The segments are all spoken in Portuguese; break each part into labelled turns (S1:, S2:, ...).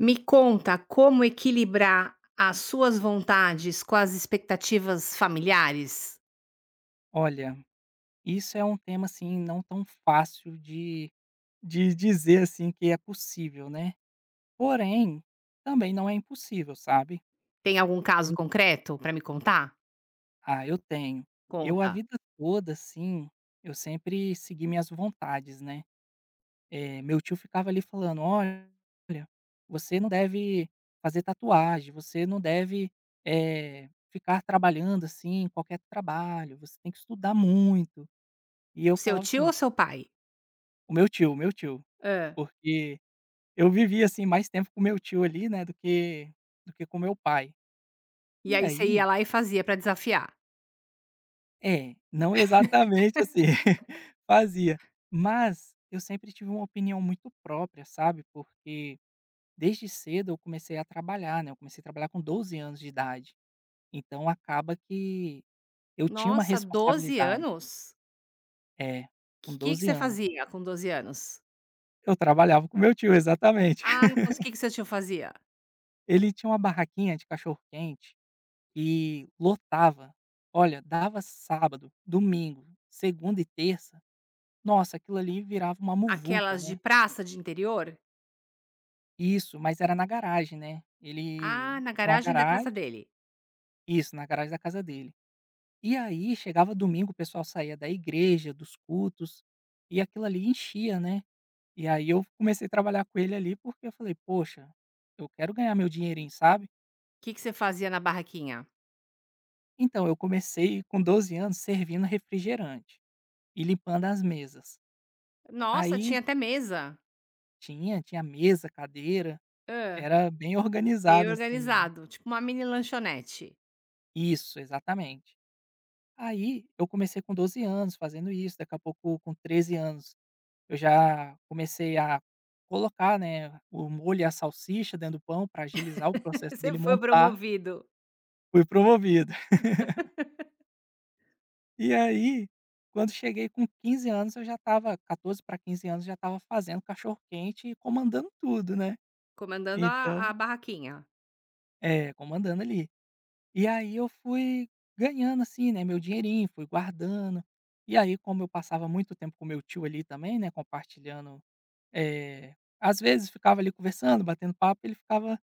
S1: Me conta como equilibrar as suas vontades com as expectativas familiares?
S2: Olha, isso é um tema, assim, não tão fácil de dizer, assim, que é possível, né. Porém, também não é impossível, sabe.
S1: Tem algum caso
S2: Tem.
S1: concreto para me contar?
S2: Ah, eu tenho. Eu a
S1: Conta.
S2: vida toda, assim, eu sempre segui minhas vontades, né. Meu tio ficava ali falando: "Olha, você não deve fazer tatuagem, você não deve, ficar trabalhando, assim, qualquer trabalho, você tem que estudar muito". E
S1: O
S2: eu
S1: seu
S2: falava
S1: tio ou
S2: assim
S1: seu pai?
S2: o meu tio,
S1: Ah.
S2: porque eu vivi, assim, mais tempo com meu tio ali, né, do que com meu pai.
S1: E
S2: E
S1: aí você ia
S2: aí
S1: lá e fazia para desafiar?
S2: é, não exatamente assim, fazia. Mas eu sempre tive uma opinião muito própria, sabe, porque desde cedo eu comecei a trabalhar, né, eu comecei a trabalhar com 12 anos de idade, então acaba que eu tinha uma
S1: Nossa, doze
S2: responsabilidade.
S1: anos?
S2: É,
S1: O Que
S2: com
S1: que que
S2: 12
S1: você
S2: anos.
S1: fazia com 12 anos?
S2: Eu trabalhava com meu tio, exatamente.
S1: Ah, o que que seu tio fazia?
S2: Ele tinha uma barraquinha de cachorro-quente e lotava. Olha, dava sábado, domingo, segunda e terça, nossa, aquilo ali virava uma muvuca,
S1: Aquelas de
S2: né.
S1: praça de interior?
S2: Isso, mas era na garagem, né. Ele
S1: Ah, na
S2: tinha uma
S1: garagem da casa
S2: garagem,
S1: dele.
S2: isso, na garagem da casa dele. E aí chegava domingo, o pessoal saía da igreja, dos cultos, e aquilo ali enchia, né. E aí eu comecei a trabalhar com ele ali, porque eu falei: "Poxa, eu quero ganhar meu dinheirinho", sabe.
S1: O Que que você fazia na barraquinha?
S2: Então eu comecei com 12 anos servindo refrigerante e limpando as mesas.
S1: Nossa,
S2: Aí
S1: tinha até mesa.
S2: tinha, tinha mesa, cadeira,
S1: Hã.
S2: era bem
S1: Bem
S2: organizado, assim, né.
S1: organizado, tipo uma mini lanchonete.
S2: Isso, exatamente. Aí eu comecei com 12 anos fazendo isso, daqui a pouco com 13 anos eu já comecei a colocar, né, o molho e a salsicha dentro do pão para agilizar o processo
S1: Você
S2: dele
S1: foi
S2: montar,
S1: promovido,
S2: fui promovido. E aí, quando cheguei com 15 anos eu já estava 14 para 15 anos, já estava fazendo cachorro-quente e comandando tudo, né.
S1: comandando a
S2: Então
S1: barraquinha.
S2: é, comandando ali. E aí eu fui ganhando, assim, né, meu dinheirinho, fui guardando. E aí, como eu passava muito tempo com meu tio ali também, né, compartilhando, eh, às vezes ficava ali conversando, batendo papo, ele ficava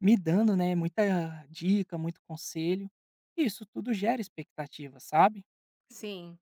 S2: me dando, né, muita dica, muito conselho. E isso tudo gera expectativa, sabe?
S1: Sim,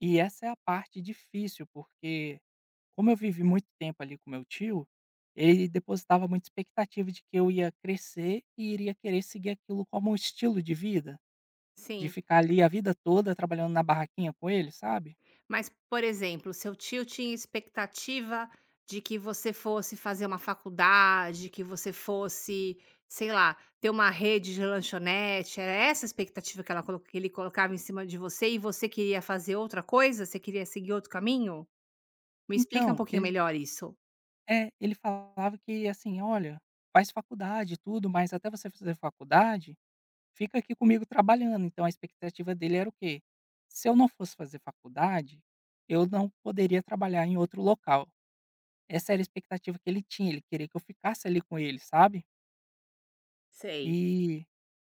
S2: E essa é a parte difícil, porque como eu vivi muito tempo ali com meu tio, ele depositava muita expectativa de que eu ia crescer e iria querer seguir aquilo como um estilo de vida. De
S1: sim.
S2: ficar ali a vida toda trabalhando na barraquinha com ele, sabe.
S1: Mas, por exemplo, seu tio tinha expectativa de que você fosse fazer uma faculdade, que você fosse, sei lá, ter uma rede de lanchonete, era essa a expectativa que ela colo que ele colocava em cima de você e você queria fazer outra coisa? Você queria seguir outro caminho? Me explica um
S2: Então,
S1: pouquinho
S2: ele
S1: melhor isso.
S2: é, ele falava que assim: "Olha, faz faculdade e tudo, mas até você fazer faculdade, fica aqui comigo trabalhando". Então a expectativa dele era o quê? Se eu não fosse fazer faculdade, eu não poderia trabalhar em outro local. Essa era a expectativa que ele tinha, ele queria que eu ficasse ali com ele, sabe.
S1: Sei.
S2: E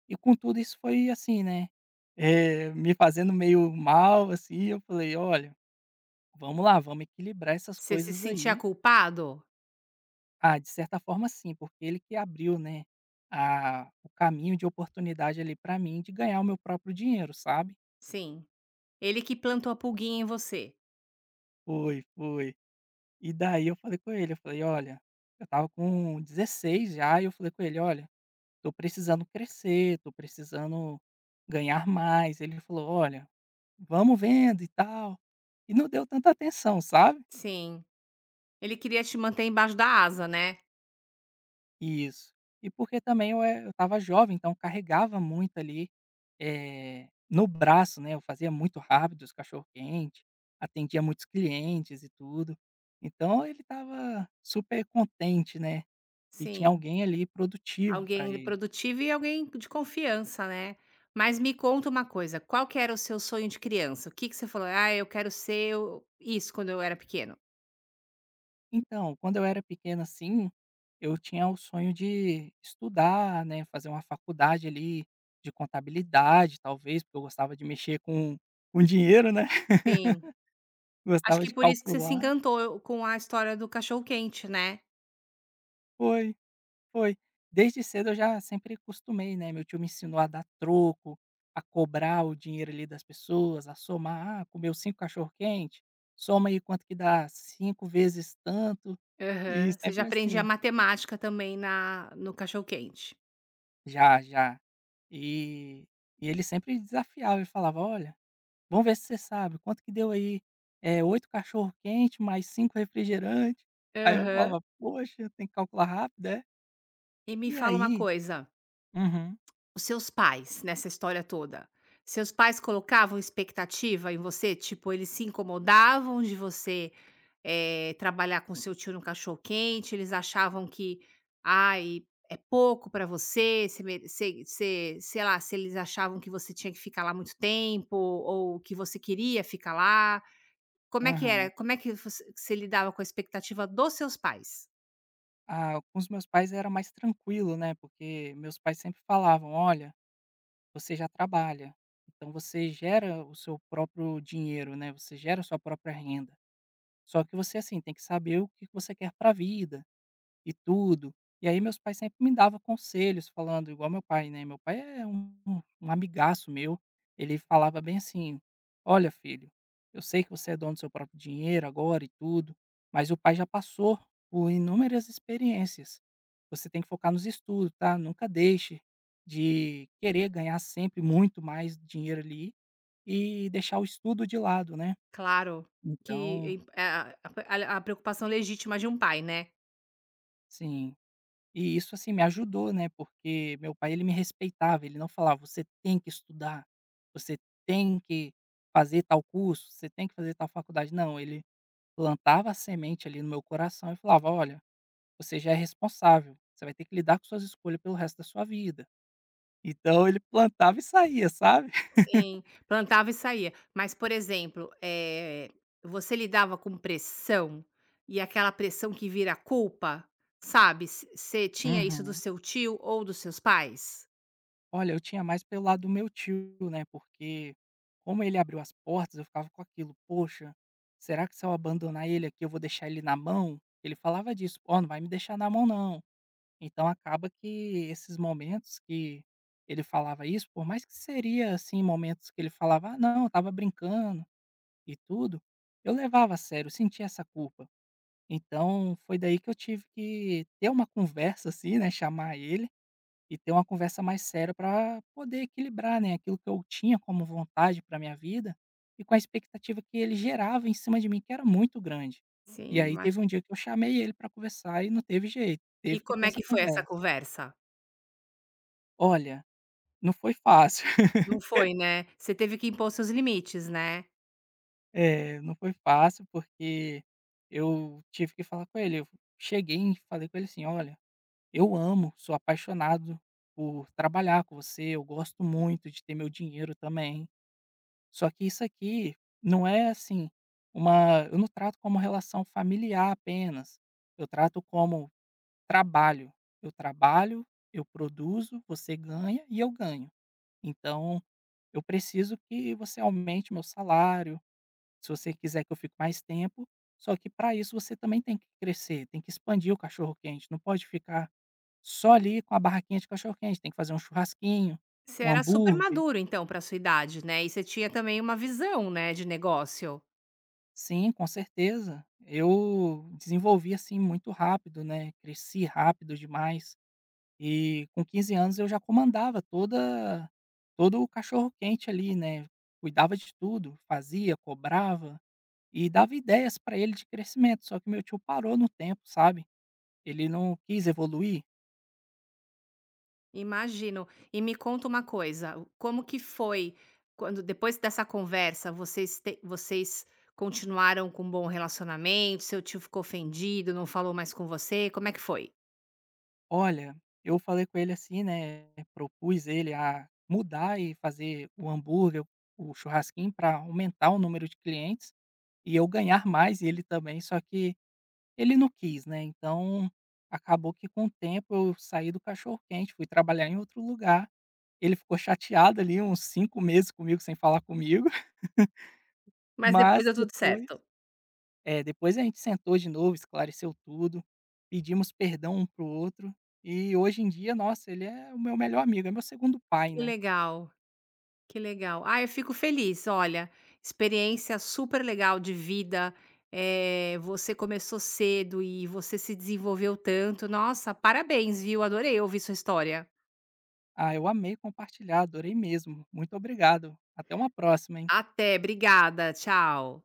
S2: e com tudo isso foi assim, né, me fazendo meio mal, assim, eu falei: "Olha". Vamos lá, vamos equilibrar essas
S1: Você se
S2: coisas
S1: sentia
S2: aí.
S1: culpado?
S2: Ah, de certa forma sim, porque ele que abriu, né, a o caminho de oportunidade ali pra mim de ganhar o meu próprio dinheiro, sabe.
S1: Sim. Ele que plantou a pulguinha em você.
S2: Foi, foi. E daí eu falei com ele, eu falei: "Olha, eu tava com 16 já", e eu falei com ele: "Olha, tô precisando crescer, tô precisando ganhar mais". Ele falou: "Olha, vamos vendo e tal". E não deu tanta atenção, sabe.
S1: Sim. Ele queria te manter embaixo da asa, né.
S2: Isso. E porque também eu estava jovem, então carregava muito ali, no braço, né, eu fazia muito rápido os cachorro-quente, atendia muitos clientes e tudo. Então ele estava super contente, né, que tinha
S1: Sim.
S2: alguém ali produtivo para
S1: Alguém
S2: ele.
S1: produtivo e alguém de confiança, né. Mas me conta uma coisa, qual que era o seu sonho de criança? O que que você falou: "Ah, eu quero ser o isso quando eu era pequeno".
S2: Então, quando eu era pequeno, assim, eu tinha o sonho de estudar, né, fazer uma faculdade ali de contabilidade, talvez, porque eu gostava de mexer com dinheiro, né,
S1: Sim. Acho
S2: gostava
S1: que
S2: de
S1: por isso que você se
S2: calcular.
S1: encantou com a história do cachorro quente, né.
S2: Foi. Foi. Desde cedo eu já sempre costumei, né, meu tio me ensinou a dar troco, a cobrar o dinheiro ali das pessoas, a somar, ah, comeu 5 cachorro-quente, soma aí quanto que dá 5 vezes tanto, e
S1: Aham. Você já
S2: sempre
S1: aprendia
S2: assim.
S1: matemática também na no cachorro quente.
S2: Já, já. E e ele sempre desafiava, e falava: "Olha, vamos ver se você sabe, quanto que deu aí, é 8 cachorro-quente mais 5 refrigerantes". Aí eu
S1: Aham.
S2: falava: "Poxa, tem que calcular rápido, é".
S1: E me
S2: E
S1: fala uma
S2: aí
S1: coisa.
S2: uhum,
S1: Os seus pais, nessa história toda, seus pais colocavam expectativa em você? Tipo, eles se incomodavam de você, trabalhar com seu tio no cachorro quente, eles achavam que: "Ai, é pouco pra você", você mere você você sei lá, se eles achavam que você tinha que ficar lá muito tempo ou que você queria ficar lá. Como é que
S2: aham.
S1: era? Como é que você lidava com a expectativa dos seus pais?
S2: Ah, com os meus pais era mais tranquilo, né, porque meus pais sempre falavam: "Olha, você já trabalha, então você gera o seu próprio dinheiro, né, você gera a sua própria renda. Só que você, assim, tem que saber o que você quer pra vida". E tudo. E aí meus pais sempre me davam conselhos falando igual meu pai, né, meu pai é um amigaço meu, ele falava bem assim: "Olha filho, eu sei que você é dono do seu próprio dinheiro agora e tudo, mas o pai já passou por inúmeras experiências. Você tem que focar nos estudos, tá? Nunca deixe de querer ganhar sempre muito mais dinheiro ali e deixar o estudo de lado, né?"
S1: Claro que,
S2: Então,
S1: a preocupação legítima de um pai, né?
S2: sim, e isso, assim, me ajudou, né, porque meu pai ele me respeitava, ele não falava: "Você tem que estudar, você tem que fazer tal curso, você tem que fazer tal faculdade". Não, ele plantava a semente ali no meu coração e falava: "Olha, você já é responsável, você vai ter que lidar com suas escolhas pelo resto da sua vida". Então ele plantava e saía, sabe?
S1: Sim, plantava e saía. Mas, por exemplo, você lidava com pressão e aquela pressão que vira culpa, sabe? Você tinha isso do
S2: Uhum.
S1: seu tio ou dos seus pais?
S2: Olha, eu tinha mais pelo lado do meu tio, né, porque como ele abriu as portas, eu ficava com aquilo: "Poxa, será que se eu abandonar ele aqui, eu vou deixar ele na mão?" Ele falava disso: "Ó, não vai me deixar na mão não". Então acaba que esses momentos que ele falava isso, por mais que seria, assim, momentos que ele falava: "Ah, não, eu estava brincando", e tudo, eu levava a sério, eu sentia essa culpa. Então foi daí que eu tive que ter uma conversa, assim, né, chamar ele e ter uma conversa mais séria para poder equilibrar, né, aquilo que eu tinha como vontade para minha vida, e com a expectativa que ele gerava em cima de mim, que era muito grande. E
S1: Sim,
S2: aí teve um
S1: imagino.
S2: dia que eu chamei ele para conversar e não teve jeito,
S1: E
S2: teve que
S1: como
S2: ter
S1: é
S2: essa
S1: que foi essa
S2: conversa.
S1: conversa?
S2: Olha, não foi fácil.
S1: Não foi, né? Você teve que impor seus limites, né?
S2: É, não foi fácil porque eu tive que falar com ele, eu cheguei e falei com ele assim: "Olha, eu amo, sou apaixonado por trabalhar com você, eu gosto muito de ter meu dinheiro também. Só que isso aqui não é assim uma, eu não trato como relação familiar apenas, eu trato como trabalho. Eu trabalho, eu produzo, você ganha e eu ganho. Então eu preciso que você aumente meu salário, se você quiser que eu fique mais tempo, só que para isso você também tem que crescer, tem que expandir o cachorro-quente, não pode ficar só ali com a barraquinha de cachorro-quente, tem que fazer um churrasquinho,
S1: Você
S2: um
S1: era super
S2: hambúrguer".
S1: maduro, então, para sua idade, né? E você tinha também uma visão, né, de negócio.
S2: Sim, com certeza. Eu desenvolvi, assim, muito rápido, né, cresci rápido demais. E com 15 anos eu já comandava toda todo o cachorro-quente ali, né, cuidava de tudo, fazia, cobrava e dava ideias para ele de crescimento, só que meu tio parou no tempo, sabe. Ele não quis evoluir.
S1: Imagino. E me conta uma coisa, o como que foi quando depois dessa conversa, vocês continuaram com um bom relacionamento, seu tio ficou ofendido, não falou mais com você, como é que foi?
S2: Olha, eu falei com ele assim, né, propus ele a mudar e fazer o hambúrguer, o churrasquinho para aumentar o número de clientes e eu ganhar mais e ele também, só que ele não quis, né, então acabou que com o tempo eu saí do cachorro quente, fui trabalhar em outro lugar. Ele ficou chateado ali uns 5 meses comigo, sem falar comigo,
S1: Mas depois
S2: mas
S1: deu tudo
S2: depois
S1: certo.
S2: é, depois a gente sentou de novo, esclareceu tudo, pedimos perdão um para o outro e hoje em dia, nossa, ele é o meu melhor amigo, é meu segundo pai,
S1: Que
S2: né.
S1: legal, que legal. Ah, eu fico feliz, olha, experiência super legal de vida, você começou cedo e você se desenvolveu tanto. Nossa, parabéns, viu, adorei ouvir sua história.
S2: Ah, eu amei compartilhar, adorei mesmo. Muito obrigado. Até uma próxima, hein.
S1: Até, obrigada, tchau.